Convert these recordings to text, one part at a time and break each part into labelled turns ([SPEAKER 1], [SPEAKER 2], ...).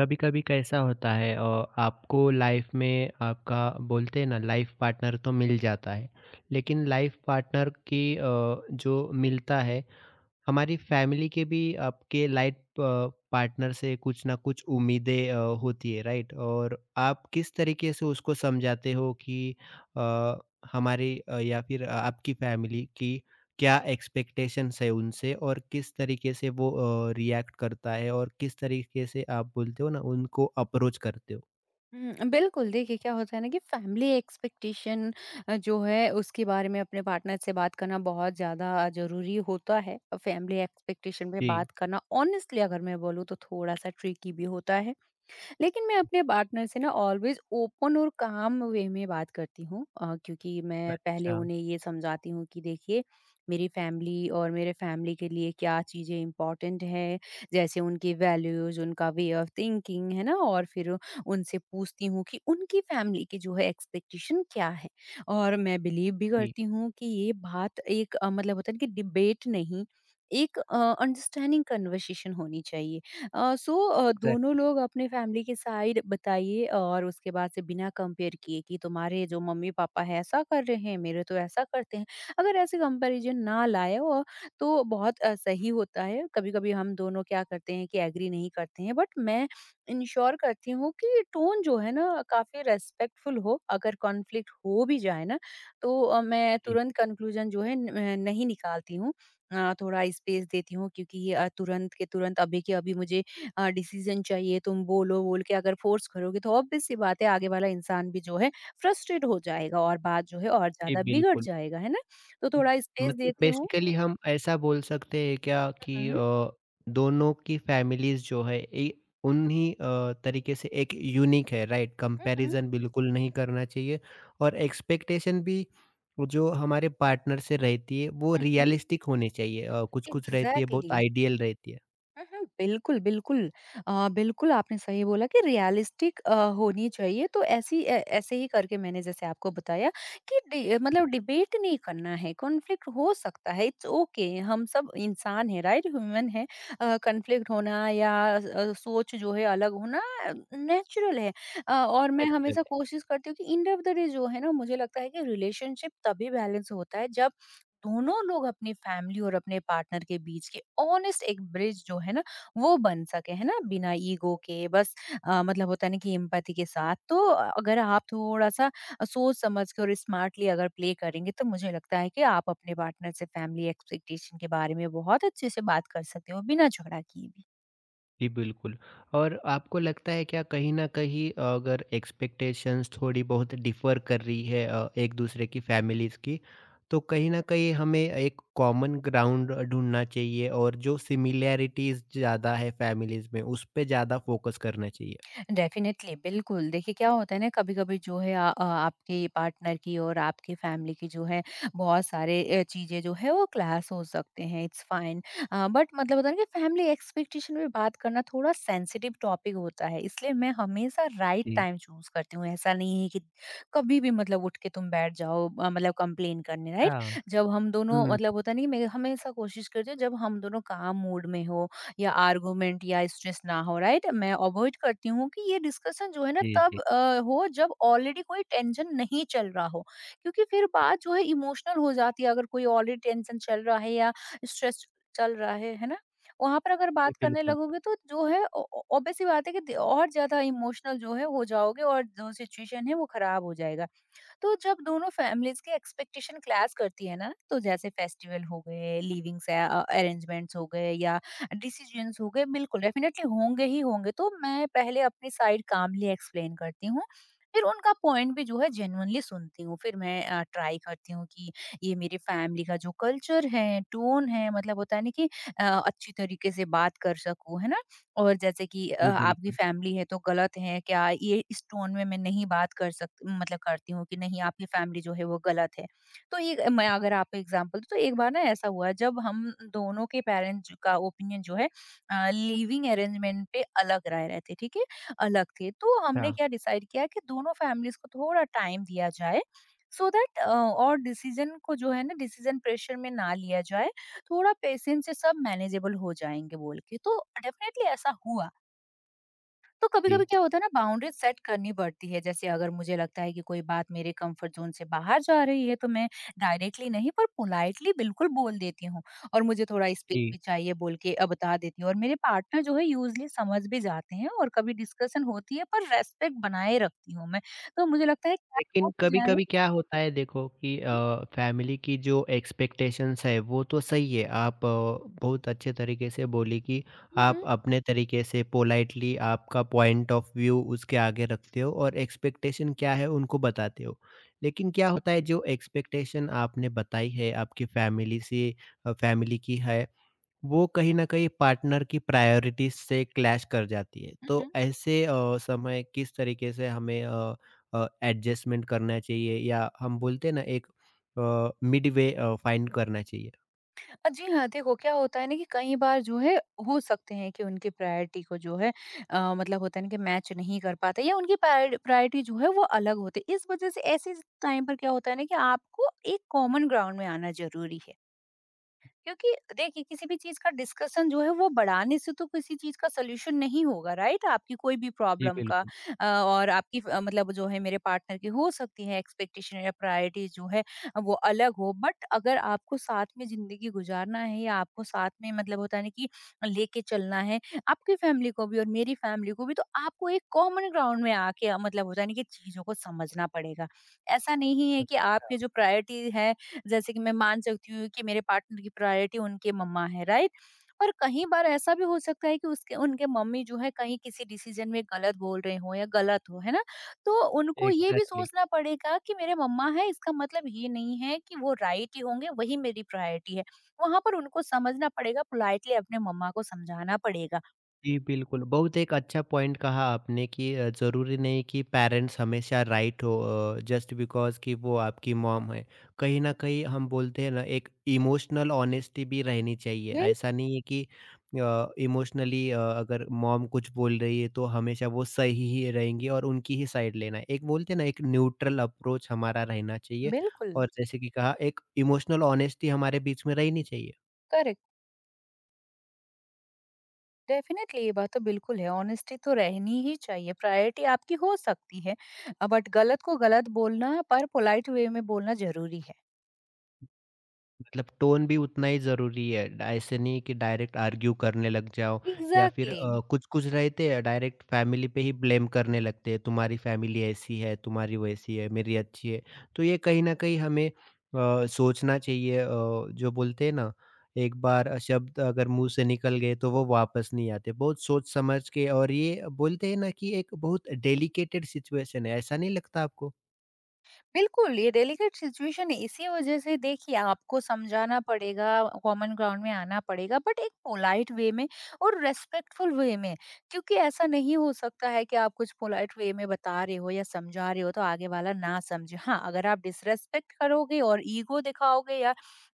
[SPEAKER 1] कभी कभी कैसा होता है और आपको लाइफ में आपका बोलते हैं ना। लाइफ पार्टनर तो मिल जाता है लेकिन लाइफ पार्टनर की जो मिलता है हमारी फैमिली के भी आपके लाइफ पार्टनर से कुछ ना कुछ उम्मीदें होती है राइट। और आप किस तरीके से उसको समझाते हो कि अ, हमारी या फिर आपकी फैमिली की क्या एक्सपेक्टेशंस है उनसे और किस तरीके से वो रिएक्ट करता है और किस तरीके से आप बोलते हो ना उनको अप्रोच करते हो।
[SPEAKER 2] हुँ, बिल्कुल, देखिए क्या होता है ना कि फैमिली एक्सपेक्टेशन जो है उसके बारे में अपने पार्टनर से बात करना बहुत ज़्यादा ज़रूरी होता है। फैमिली एक्सपेक्टेशन पे
[SPEAKER 1] जी।
[SPEAKER 2] बात करना ऑनेस्टली अगर मैं बोलूँ तो थोड़ा-सा ट्रिकी भी होता है। लेकिन मैं अपने पार्टनर से ना ऑलवेज ओपन और काम वे में बात करती हूँ क्योंकि मैं पहले
[SPEAKER 1] अच्छा।
[SPEAKER 2] उन्हें ये समझाती हूँ कि देखिए मेरी फैमिली और मेरे फैमिली के लिए क्या चीज़ें इंपॉर्टेंट है, जैसे उनकी वैल्यूज, उनका वे ऑफ थिंकिंग, है ना? और फिर उनसे पूछती हूँ कि उनकी फैमिली की जो है एक्सपेक्टेशन क्या है। और मैं बिलीव भी
[SPEAKER 1] जी।
[SPEAKER 2] करती हूँ कि ये बात एक मतलब होता है ना कि डिबेट नहीं, एक अंडरस्टैंडिंग कन्वर्सेशन होनी चाहिए। सो दोनों
[SPEAKER 1] एग्जैक्टली।
[SPEAKER 2] लोग अपने फैमिली की साइड बताइए और उसके बाद से बिना कंपेयर किए कि तुम्हारे जो मम्मी-पापा हैं ऐसा कर रहे हैं, मेरे तो ऐसा करते हैं। अगर ऐसे कंपैरिज़न ना लाए और तो बहुत सही होता है। कभी-कभी हम दोनों क्या करते हैं कि एग्री नहीं करते हैं, बट मैं इंश्योर करती हूँ कि टोन जो है ना काफ़ी रिस्पेक्टफुल हो। अगर कॉन्फ्लिक्ट हो भी जाए ना तो मैं
[SPEAKER 1] जी।
[SPEAKER 2] तुरंत कंक्लूज़न जो है न नहीं निकालती हूँ। थोड़ा स्पेस देती हूँ, क्योंकि ये तुरंत के तुरंत, अभी के अभी मुझे डिसीजन चाहिए, तुम बोलो, बोल के अगर फोर्स करोगे तो ऑब्वियस सी बात है आगे वाला इंसान भी जो है फ्रस्ट्रेट हो जाएगा और बात जो है और
[SPEAKER 1] जी,
[SPEAKER 2] ज्यादा बिगड़
[SPEAKER 1] बिल्कुल।
[SPEAKER 2] जाएगा, है ना? तो थोड़ा स्पेस
[SPEAKER 1] मतलब
[SPEAKER 2] देती हूँ।
[SPEAKER 1] बेसिकली हम ऐसा बोल सकते हैं क्या कि
[SPEAKER 2] हुँ,
[SPEAKER 1] दोनों की फैमिलीज़ जो है ए उन्हीं तरीके से एक यूनिक है राइट?
[SPEAKER 2] हुँ,
[SPEAKER 1] कंपैरिज़न बिल्कुल नहीं करना चाहिए और एक्सपेक्टेशन भी वो जो हमारे पार्टनर से रहती है वो
[SPEAKER 2] हुँ, हुँ,
[SPEAKER 1] रियलिस्टिक होनी चाहिए। कुछ-कुछ रहती है बहुत
[SPEAKER 2] एग्जैक्टली।
[SPEAKER 1] आइडियल रहती है।
[SPEAKER 2] हुँ, हुँ, बिल्कुल, बिल्कुल। बिल्कुल आपने सही बोला कि रियलिस्टिक होनी चाहिए, तो ऐसी ए ऐसे ही करके मैंने जैसे आपको बताया कि डि मतलब डिबेट नहीं करना है, कॉन्फ्लिक्ट हो सकता है, इट्स ओके, हम सब इंसान हैं, राइट? ह्यूमन हैं। कॉन्फ्लिक्ट होना या सोच जो है अलग होना नेचुरल है। और मैं
[SPEAKER 1] नेचुरल।
[SPEAKER 2] हमेशा कोशिश करती हूँ कि एंड ऑफ द डे जो है ना, मुझे लगता है कि रिलेशनशिप तभी बैलेंस होता है जब दोनों लोग अपनी फैमिली और अपने पार्टनर के बीच के ऑनेस्ट एक ब्रिज जो है ना वो बन सके, है ना, बिना ईगो के, बस मतलब होता है ना कि एम्पैथी के साथ। तो अगर आप थोड़ा सा सोच समझ के और स्मार्टली अगर प्ले करेंगे तो मुझे लगता है कि आप अपने पार्टनर से फैमिली एक्सपेक्टेशन के बारे में बहुत अच्छे से बात कर सकते हो, बिना झगड़ा किए भी।
[SPEAKER 1] जी, बिल्कुल। और आपको लगता है क्या कहीं न कहीं अगर एक्सपेक्टेशंस थोड़ी बहुत डिफ़र कर रही है एक दूसरे की फैमिलीज़ की, तो कहीं न कहीं हमें एक कॉमन ग्राउंड ढूँढना चाहिए और जो सिमिलैरिटीज़ ज़्यादा है फैमिलीज़ में, उस पे ज़्यादा फोकस करना चाहिए?
[SPEAKER 2] डेफिनेटली, बिल्कुल। देखिए, क्या होता है ना, कभी-कभी जो है आपके पार्टनर की और आपकी फैमिली की जो है, बहुत सारे चीज़ें जो है, वो क्लैश हो सकते हैं, इट्स फाइन। बट मतलब होता है ना कि फैमिली एक्सपेक्टेशन में बात करना थोड़ा सेंसिटिव टॉपिक होता है, इसलिए मैं हमेशा राइट
[SPEAKER 1] जी।
[SPEAKER 2] टाइम चूज़ करती हूँ। ऐसा नहीं है कि कभी भी मतलब उठ के तुम बैठ जाओ मतलब कंप्लेन करने, राइट?
[SPEAKER 1] अच्छा।
[SPEAKER 2] जब हम दोनों
[SPEAKER 1] हुँ।
[SPEAKER 2] मतलब होता है ना कि मैं हमेशा कोशिश करती हूँ, जब हम दोनों काम मूड में हों या आर्गूमेंट या स्ट्रेस ना हो, राइट? मैं अवॉइड करती हूँ कि ये डिस्कशन जो है ना
[SPEAKER 1] जी,
[SPEAKER 2] तब
[SPEAKER 1] जी।
[SPEAKER 2] हो जब ऑलरेडी कोई टेंशन नहीं चल रहा हो, क्योंकि फिर बात जो है इमोशनल हो जाती है। अगर कोई ऑलरेडी टेंशन चल रहा है या स्ट्रेस चल रहा है ना, वहां पर अगर
[SPEAKER 1] जी,
[SPEAKER 2] बात करने
[SPEAKER 1] बिल्कुल।
[SPEAKER 2] लगोगे तो जो है ऑब्वियस सी बात है कि और ज्यादा इमोशनल जो है हो जाओगे और जो सिचुएशन है वो खराब हो जाएगा। तो जब दोनों फैमिलीज के एक्सपेक्टेशन क्लैश करती है ना, तो जैसे फेस्टिवल हो गए, लिविंग्स अरेंजमेंट्स हो गए या डिसीजंस हो गए, बिल्कुल डेफिनेटली होंगे ही होंगे। तो मैं पहले अपनी साइड कामली एक्सप्लेन करती हूँ, फिर उनका पॉइंट भी जो है जेनुअनली सुनती हूँ। फिर मैं ट्राई करती हूँ कि ये मेरी फैमिली का जो कल्चर है, टोन है, मतलब होता है ना कि अच्छी तरीके से बात कर सकूँ, है ना? और जैसे कि
[SPEAKER 1] जी,
[SPEAKER 2] आपकी
[SPEAKER 1] बिल्कुल।
[SPEAKER 2] फैमिली है तो गलत है क्या? ये इस टोन में मैं नहीं बात कर सक मतलब करती हूँ कि नहीं, आपकी फैमिली जो है वो गलत है। तो ये मैं अगर आपको एग्ज़ाम्पल दूँ, तो एक बार ना ऐसा हुआ जब हम दोनों के पेरेंट्स का ओपिनियन जो है लिविंग अरेंजमेंट पे अलग रह रहे थे, ठीक है? अलग थे। तो हमने
[SPEAKER 1] अच्छा।
[SPEAKER 2] क्या डिसाइड किया कि दोनों फैमिलीज़ को थोड़ा टाइम दिया जाए, so दैट और डिसीज़न को जो है ना डिसीज़न प्रेशर में ना लिया जाए। थोड़ा पेशेंस से सब मैनेजेबल हो जाएँगे बोल के, तो डेफ़िनेटली ऐसा हुआ। तो कभी-कभी
[SPEAKER 1] जी,
[SPEAKER 2] क्या होता है ना, बाउंड्रीज़ सेट करनी पड़ती है। जैसे अगर मुझे लगता है कि कोई बात मेरे कम्फर्ट ज़ोन से बाहर जा रही है, तो मैं डायरेक्टली नहीं पर पोलाइटली बिल्कुल बोल देती हूँ और मुझे थोड़ा स्पेस
[SPEAKER 1] जी।
[SPEAKER 2] भी चाहिए बोल के बता देती हूँ। और मेरे पार्टनर जो है यूजुअली समझ भी जाते हैं, और कभी डिस्कशन होती है पर रेस्पेक्ट बनाए रखती हूँ मैं। तो मुझे लगता है क्या हो
[SPEAKER 1] लेकिन
[SPEAKER 2] तो जाए।
[SPEAKER 1] कभी-कभी क्या होता है देखो कि
[SPEAKER 2] हुँ,
[SPEAKER 1] फैमिली की जो एक्सपेक्टेशंस है वो तो सही है। आप बहुत अच्छे तरीके से बोली कि आप
[SPEAKER 2] हुँ,
[SPEAKER 1] अपने तरीके से पोलाइटली आपका पॉइंट ऑफ व्यू उसके आगे रखते हो और एक्सपेक्टेशन क्या है उनको बताते हो। लेकिन क्या होता है जो एक्सपेक्टेशन आपने बताई है आपकी फैमिली से फैमिली की है वो कहीं न कहीं पार्टनर की प्रायोरिटीज़ से क्लैश कर जाती है।
[SPEAKER 2] हुँ, हुँ।
[SPEAKER 1] तो ऐसे समय किस तरीके से हमें एडजस्टमेंट करना चाहिए या हम बोलते हैं ना एक मिड वे फाइंड करना चाहिए?
[SPEAKER 2] जी हाँ, देखो क्या होता है ना कि कई बार जो है हो सकते हैं कि उनकी प्रायोरिटी को जो है मतलब होता है ना कि मैच नहीं कर पाते या उनकी प्रायोरिटी जो है वो अलग होती है। इस वजह से ऐसे टाइम पर क्या होता है ना कि आपको एक कॉमन ग्राउंड में आना ज़रूरी है। क्योंकि देखिए किसी भी चीज का डिस्कशन जो है वो बढ़ाने से तो किसी चीज का सोल्यूशन नहीं होगा, राइट? आपकी कोई भी
[SPEAKER 1] जी,
[SPEAKER 2] प्रॉब्लम का।
[SPEAKER 1] बिल्कुल।
[SPEAKER 2] और आपकी मतलब जो है मेरे पार्टनर की हो सकती है एक्सपेक्टेशन या प्रायोरिटीज जो है वो अलग हो, बट अगर आपको साथ में जिंदगी गुजारना है या आपको साथ में मतलब होता है ना कि लेके चलना है आपकी फैमिली को भी और मेरी फैमिली को भी, तो आपको एक कॉमन ग्राउंड में आके मतलब होता है ना कि चीजों को समझना पड़ेगा। ऐसा नहीं है कि आपके जो प्रायोरिटी है, जैसे कि मैं मान सकती हूँ कि मेरे पार्टनर की प्रायोरिटी उनके मम्मा है, राइट? और कहीं बार ऐसा भी हो सकता है कि उसके उनके मम्मी जो है कहीं किसी डिसीजन में गलत बोल रहे हो या गलत हो, है ना? तो उनको ये भी
[SPEAKER 1] एग्ज़ैक्टली।
[SPEAKER 2] सोचना पड़ेगा कि मेरे मम्मा है इसका मतलब ये नहीं है कि वो राइट ही होंगे, वही मेरी प्रायोरिटी है। वहां पर उनको समझना पड़ेगा, पोलाइटली अपने मम्मा को समझाना पड़ेगा।
[SPEAKER 1] जी, बिल्कुल। बहुत एक अच्छा पॉइंट कहा आपने कि ज़रूरी नहीं कि पेरेंट्स हमेशा राइट हो जस्ट बिकॉज़ कि वो आपकी मॉम है। कहीं न कहीं हम बोलते हैं ना एक इमोशनल ऑनेस्टी भी रहनी चाहिए।
[SPEAKER 2] बिल-
[SPEAKER 1] ऐसा नहीं है कि इमोशनली अगर मॉम कुछ बोल रही है तो हमेशा वो सही ही रहेंगी और उनकी ही साइड लेना है। एक बोलते हैं ना एक न्यूट्रल अप्रोच हमारा रहना चाहिए
[SPEAKER 2] बिल्कुल,
[SPEAKER 1] और जैसे कि कहा एक इमोशनल ऑनेस्टी हमारे बीच में रहनी चाहिए।
[SPEAKER 2] करेक्ट। डेफ़िनेटली ये बात तो बिल्कुल है, ऑनेस्टी तो रहनी ही चाहिए, प्रायोरिटी आपकी हो सकती है, बट गलत को गलत बोलना, पर पोलाइट वे में बोलना ज़रूरी है।
[SPEAKER 1] मतलब टोन भी उतना ही ज़रूरी है। ड ऐसे नहीं कि डायरेक्ट आर्ग्यू करने लग जाओ या फिर
[SPEAKER 2] एग्ज़ैक्टली।
[SPEAKER 1] कुछ-कुछ रहते हैं डायरेक्ट फैमिली पे ही ब्लेम करने लगते हैं, तुम्हारी फैमिली ऐसी है, तुम्हारी वैसी है, मेरी अच्छी है। तो ये कहीं न कहीं हमें सोचना चाहिए जो बोलते हैं ना एक बार शब्द अगर मुँह से निकल गए तो वो वापस नहीं आते। बहुत सोच समझ के और ये बोलते हैं ना कि एक बहुत डेलिकेटेड सिचुएशन है, ऐसा नहीं लगता आपको?
[SPEAKER 2] बिल्कुल, ये डेलिकेट सिचुएशन है, इसी वज़ह से देखिए आपको समझाना पड़ेगा, कॉमन ग्राउंड में आना पड़ेगा बट एक पोलाइट वे में और रिस्पेक्टफुल वे में। क्योंकि ऐसा नहीं हो सकता है कि आप कुछ पोलाइट वे में बता रहे हो या समझा रहे हो तो आगे वाला ना समझे। हाँ, अगर आप डिसरिस्पेक्ट करोगे और ईगो दिखाओगे या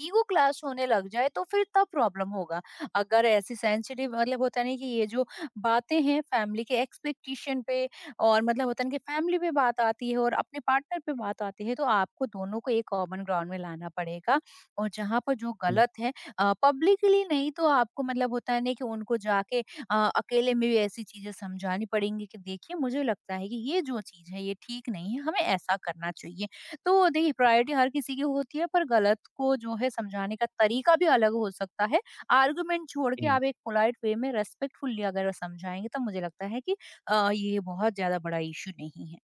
[SPEAKER 2] ईगो क्लैश होने लग जाए तो फिर तब प्रॉब्लम होगा। अगर ऐसी सेंसिटिव मतलब होता नहीं कि ये जो बातें हैं फैमिली के एक्सपेक्टेशन पे और मतलब होता है ना कि फैमिली पे बात आती है और अपने पार्टनर पे बात आती है, तो आपको दोनों को एक कॉमन ग्राउंड में लाना पड़ेगा। और जहाँ पर जो गलत है, पब्लिकली नहीं तो आपको मतलब होता है ना कि उनको जाके अकेले में भी ऐसी चीजें समझानी पड़ेंगी कि देखिए मुझे लगता है कि ये जो चीज है ये ठीक नहीं है, हमें ऐसा करना चाहिए। तो देखिए प्रायोरिटी हर किसी की होती है पर गलत को जो है समझाने का तरीका भी अलग हो सकता है। आर्गुमेंट छोड़ के
[SPEAKER 1] जी।
[SPEAKER 2] आप एक पोलाइट वे में रेस्पेक्टफुली अगर समझाएंगे तो मुझे लगता है कि ये बहुत ज़्यादा बड़ा इश्यू नहीं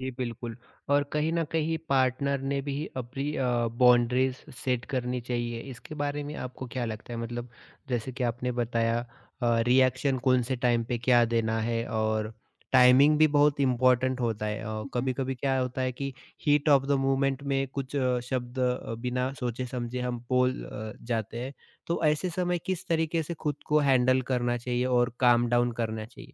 [SPEAKER 1] जी, बिल्कुल। और कहीं न कहीं पार्टनर ने भी अपनी बाउंड्रीज़ सेट करनी चाहिए। इसके बारे में आपको क्या लगता है? मतलब जैसे कि आपने बताया रिएक्शन कौन से टाइम पे क्या देना है और टाइमिंग भी बहुत इम्पोर्टेंट होता है।
[SPEAKER 2] है।
[SPEAKER 1] कभी-कभी क्या होता है कि हीट ऑफ द मोमेंट में कुछ शब्द बिना सोचे-समझे हम बोल जाते हैं। तो ऐसे समय किस तरीके से खुद को हैंडल करना चाहिए और काम डाउन करना चाहिए?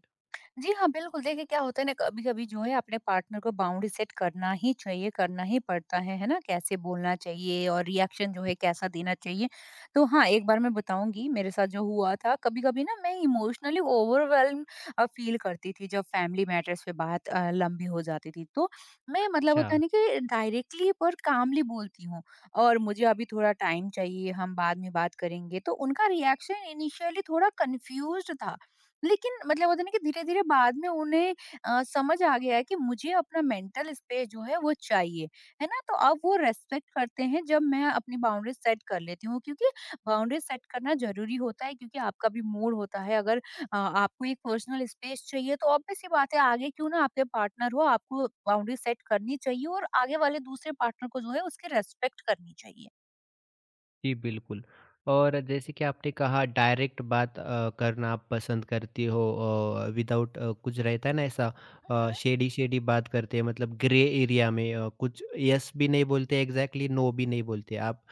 [SPEAKER 2] जी हाँ, बिल्कुल। देखिए क्या होता है ना, कभी-कभी जो है अपने पार्टनर को बाउंड्री सेट करना ही चाहिए, करना ही पड़ता है ना? कैसे बोलना चाहिए और रिएक्शन जो है कैसा देना चाहिए। तो हाँ, एक बार मैं बताऊँगी मेरे साथ जो हुआ था। कभी-कभी ना मैं इमोशनली ओवरवेल्म फ़ील करती थी जब फैमिली मैटर्स पे बात लंबी हो जाती थी। तो मैं मतलब
[SPEAKER 1] अच्छा।
[SPEAKER 2] होता है ना कि डायरेक्टली पर कामली बोलती हूँ और मुझे अभी थोड़ा टाइम चाहिए, हम बाद में बात करेंगे। तो उनका रिएक्शन इनिशियली थोड़ा कन्फ्यूज़्ड था। लेकिन मतलब होता है ना कि धीरे-धीरे बाद में उन्हें समझ आ गया है कि मुझे अपना मेंटल स्पेस जो है वो चाहिए, है ना? तो अब वो रिस्पेक्ट करते हैं जब मैं अपनी बाउंड्रीज़ सेट कर लेती हूँ, क्योंकि बाउंड्रीज़ सेट करना ज़रूरी होता है। क्योंकि आपका भी मूड होता है, अगर आपको एक पर्सनल स्पेस चाहिए तो ऑब्वियस सी बात है, आगे क्यों ना आपके पार्टनर हो, आपको बाउंड्री सेट करनी चाहिए और आगे वाले दूसरे पार्टनर को जो है उसकी रिस्पेक्ट करनी चाहिए।
[SPEAKER 1] जी, बिल्कुल। और जैसे कि आपने कहा डायरेक्ट बात करना आप पसंद करती हो विदाउट कुछ रहता है ना ऐसा शेडी-शेडी बात करते हैं मतलब ग्रे एरिया में कुछ येस भी नहीं बोलते एग्ज़ैक्टली नो भी नहीं बोलते आप।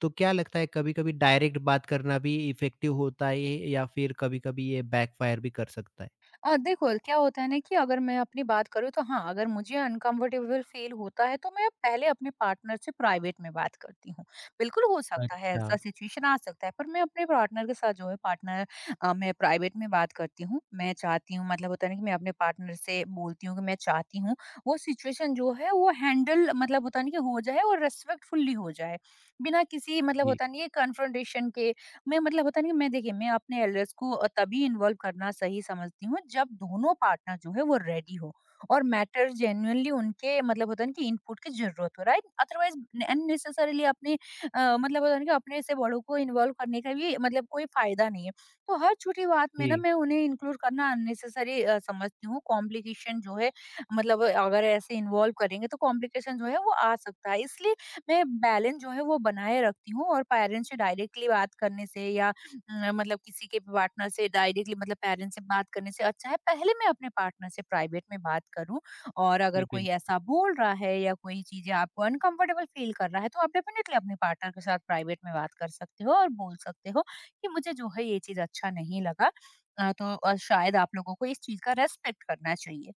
[SPEAKER 1] तो क्या लगता है कभी-कभी डायरेक्ट बात करना भी इफ़ेक्टिव होता है या फिर कभी-कभी ये बैकफ़ायर भी कर सकता है?
[SPEAKER 2] देखो क्या होता है ना कि अगर मैं अपनी बात करूँ तो हाँ, अगर मुझे अनकम्फर्टेबल फ़ील होता है तो मैं पहले अपने पार्टनर से प्राइवेट में बात करती हूँ। बिल्कुल, हो सकता है
[SPEAKER 1] अच्छा।
[SPEAKER 2] ऐसा सिचुएशन आ सकता है, पर मैं अपने पार्टनर के साथ जो है पार्टनर मैं प्राइवेट में बात करती हूँ। मैं चाहती हूँ, मतलब होता है ना कि मैं अपने पार्टनर से बोलती हूँ कि मैं चाहती हूँ वो सिचुएशन जो है वो हैंडल मतलब होता है ना कि हो जाए और रिस्पेक्टफुली हो जाए। बिना किसी मतलब
[SPEAKER 1] जी,
[SPEAKER 2] होता नहीं है कन्फ्रंटेशन के। मैं मतलब होता नहीं कि मैं देखिए मैं अपने एल्डर्स को तभी इन्वॉल्व करना सही समझती हूँ जब दोनों पार्टनर जो है वो रेडी हो और मैटर जेन्युइनली उनके मतलब होता है ना कि इनपुट की जरूरत हो। राइट। अदरवाइज अननेसेसरीली अपने मतलब होता है ना कि अपने से बड़ों को इन्वॉल्व करने का भी मतलब कोई फायदा नहीं है। तो हर छोटी बात में ना
[SPEAKER 1] जी,
[SPEAKER 2] मैं उन्हें इंक्लूड करना अननेसेसरी समझती हूँ। कॉम्प्लिकेशन जो है मतलब अगर ऐसे इन्वॉल्व करेंगे तो कॉम्प्लिकेशन जो है वो आ सकता है। इसलिए मैं बैलेंस जो है वो बनाए रखती हूँ और पेरेंट्स से डायरेक्टली बात करने से या मतलब किसी के पार्टनर से डायरेक्टली मतलब पेरेंट्स से बात करने से अच्छा है पहले मैं अपने पार्टनर से प्राइवेट में बात करूँ। और अगर
[SPEAKER 1] जी,
[SPEAKER 2] कोई
[SPEAKER 1] बिल्कुल।
[SPEAKER 2] ऐसा बोल रहा है या कोई चीजें आपको अनकंफर्टेबल फील कर रहा है तो आप डेफिनेटली अपने पार्टनर के साथ प्राइवेट में बात कर सकते हो और बोल सकते हो कि मुझे जो है ये चीज अच्छा नहीं लगा। तो शायद आप लोगों को इस चीज का रेस्पेक्ट करना चाहिए।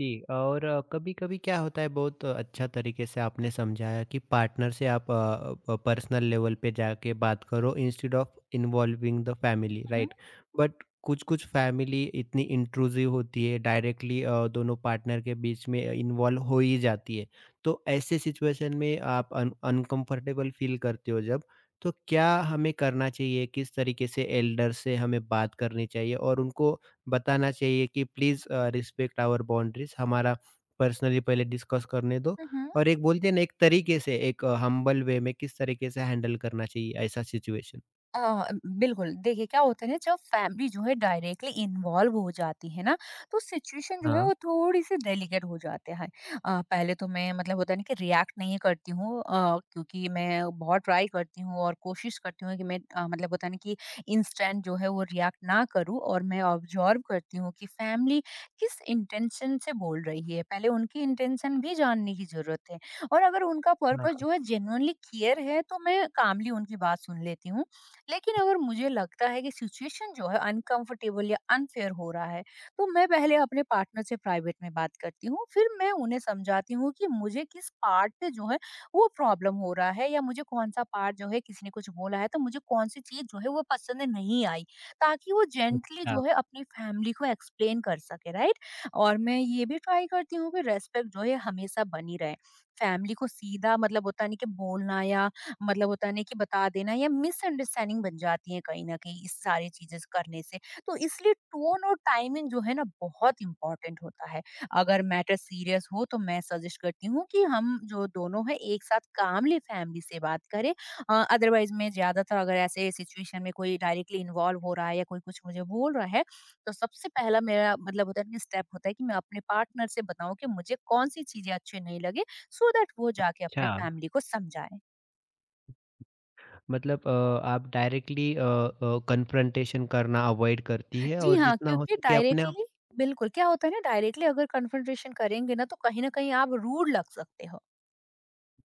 [SPEAKER 1] जी। और कभी-कभी क्या होता है बहुत अच्छा तरीके से आपने समझाया कि पार्टनर से आप पर्सनल लेवल पे जाके बात करो instead of involving the family
[SPEAKER 2] mm,
[SPEAKER 1] right. But कुछ-कुछ फैमिली इतनी इंट्रूसिव होती है डायरेक्टली दोनों पार्टनर के बीच में इन्वॉल्व हो ही जाती है। तो ऐसे सिचुएशन में आप अनकंफर्टेबल फील करते हो जब, तो क्या हमें करना चाहिए किस तरीके से एल्डर से हमें बात करनी चाहिए और उनको बताना चाहिए कि प्लीज़ रिस्पेक्ट आवर बाउंड्रीज़ हमारा पर्सनली पहले डिस्कस करने दो
[SPEAKER 2] मम्।
[SPEAKER 1] और एक बोलते हैं ना एक तरीके से एक हम्बल वे में किस तरीके से हैंडल करना चाहिए ऐसा सिचुएशन।
[SPEAKER 2] अ, बिल्कुल, देखिए क्या होता है ना जब फैमिली जो है डायरेक्टली इन्वॉल्व हो जाती है ना, तो सिचुएशन जो है
[SPEAKER 1] हाँ,
[SPEAKER 2] वो थोड़ी-सी डेलिकेट हो जाते हैं। पहले तो मैं मतलब होता है ना कि रिएक्ट नहीं करती हूँ, क्योंकि मैं बहुत ट्राई करती हूँ और कोशिश करती हूँ कि मैं मतलब होता है ना कि इंस्टेंट जो है वो रिएक्ट ना करूँ, और मैं ऑब्जर्व करती हूँ कि फैमिली किस इंटेंशन से बोल रही है। पहले उनकी इंटेंशन भी जानने की ज़रूरत है, और अगर उनका पर्पस
[SPEAKER 1] हाँ।
[SPEAKER 2] जो है जेन्युइनली क्लियर है, तो मैं कामली उनकी बात सुन लेती हूँ। लेकिन अगर मुझे लगता है कि सिचुएशन जो है अनकंफर्टेबल या अनफेयर हो रहा है, तो मैं पहले अपने पार्टनर से प्राइवेट में बात करती हूँ, फिर मैं उन्हें समझाती हूँ कि मुझे किस पार्ट पे जो है वो प्रॉब्लम हो रहा है या मुझे कौन सा पार्ट जो है किसी ने कुछ बोला है तो मुझे कौन सी चीज जो है वो पसंद नहीं आई, ताकि वो जेंटली
[SPEAKER 1] अच्छा,
[SPEAKER 2] जो है अपनी फैमिली को एक्सप्लेन कर सके। राइट। और मैं ये भी ट्राई करती हूँ कि रेस्पेक्ट जो है हमेशा बनी रहे। फैमिली को सीधा मतलब होता नहीं कि बोलना या मतलब होता है ना कि बता देना या मिसअंडरस्टैंडिंग बन जाती है कहीं न कहीं इस सारी चीज़ें करने से। तो इसलिए टोन और टाइमिंग जो है ना बहुत इम्पोर्टेंट होता है। अगर मैटर सीरियस हो तो मैं सजेस्ट करती हूँ कि हम जो दोनों हैं एक साथ कामली फैमिली से बात करें। अदरवाइज़ मैं ज़्यादातर अगर ऐसे सिचुएशन में कोई डायरेक्टली इन्वॉल्व हो रहा है या कोई कुछ मुझे बोल रहा है, तो सबसे पहला मेरा मतलब होता है ना स्टेप होता है कि मैं अपने पार्टनर से बताऊँ कि मुझे कौन-सी चीज़ें अच्छी नहीं लगी सो दैट वो जाके अपने
[SPEAKER 1] अच्छा।
[SPEAKER 2] फैमिली को समझाएँ।
[SPEAKER 1] मतलब आप डायरेक्टली कन्फ्रंटेशन करना अवॉइड करती है
[SPEAKER 2] जी
[SPEAKER 1] और
[SPEAKER 2] हाँ,
[SPEAKER 1] जितना हो
[SPEAKER 2] क्योंकि
[SPEAKER 1] सके अपने
[SPEAKER 2] डायरेक्टली बिल्कुल, क्या होता है ना डायरेक्टली अगर कन्फ्रंटेशन करेंगे ना तो कहीं न कहीं आप रूड लग सकते हो।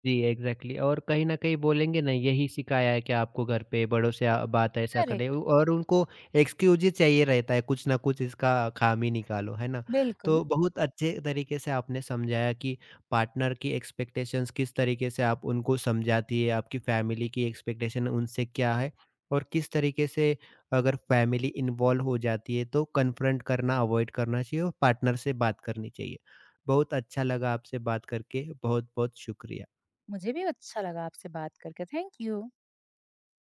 [SPEAKER 1] जी, एग्ज़ैक्टली। और कहीं न कहीं बोलेंगे ना यही सिखाया है कि आपको घर पे बड़ों से बात ऐसा करें
[SPEAKER 2] करेक्ट,
[SPEAKER 1] उ और उनको एक्सक्यूज़ ही चाहिए रहता है कुछ ना कुछ इसका खामी निकालो, है ना?
[SPEAKER 2] बिल्कुल।
[SPEAKER 1] तो बहुत अच्छे तरीके से आपने समझाया कि पार्टनर की एक्सपेक्टेशंस किस तरीके से आप उनको समझाती है, आपकी फैमिली की एक्सपेक्टेशन उनसे क्या है और किस तरीके से अगर फैमिली इन्वॉल्व हो जाती है तो कन्फ्रंट करना अवॉइड करना चाहिए और पार्टनर से बात करनी चाहिए। बहुत अच्छा लगा आपसे बात करके, बहुत-बहुत शुक्रिया।
[SPEAKER 2] मुझे भी अच्छा लगा आपसे बात करके, थैंक यू।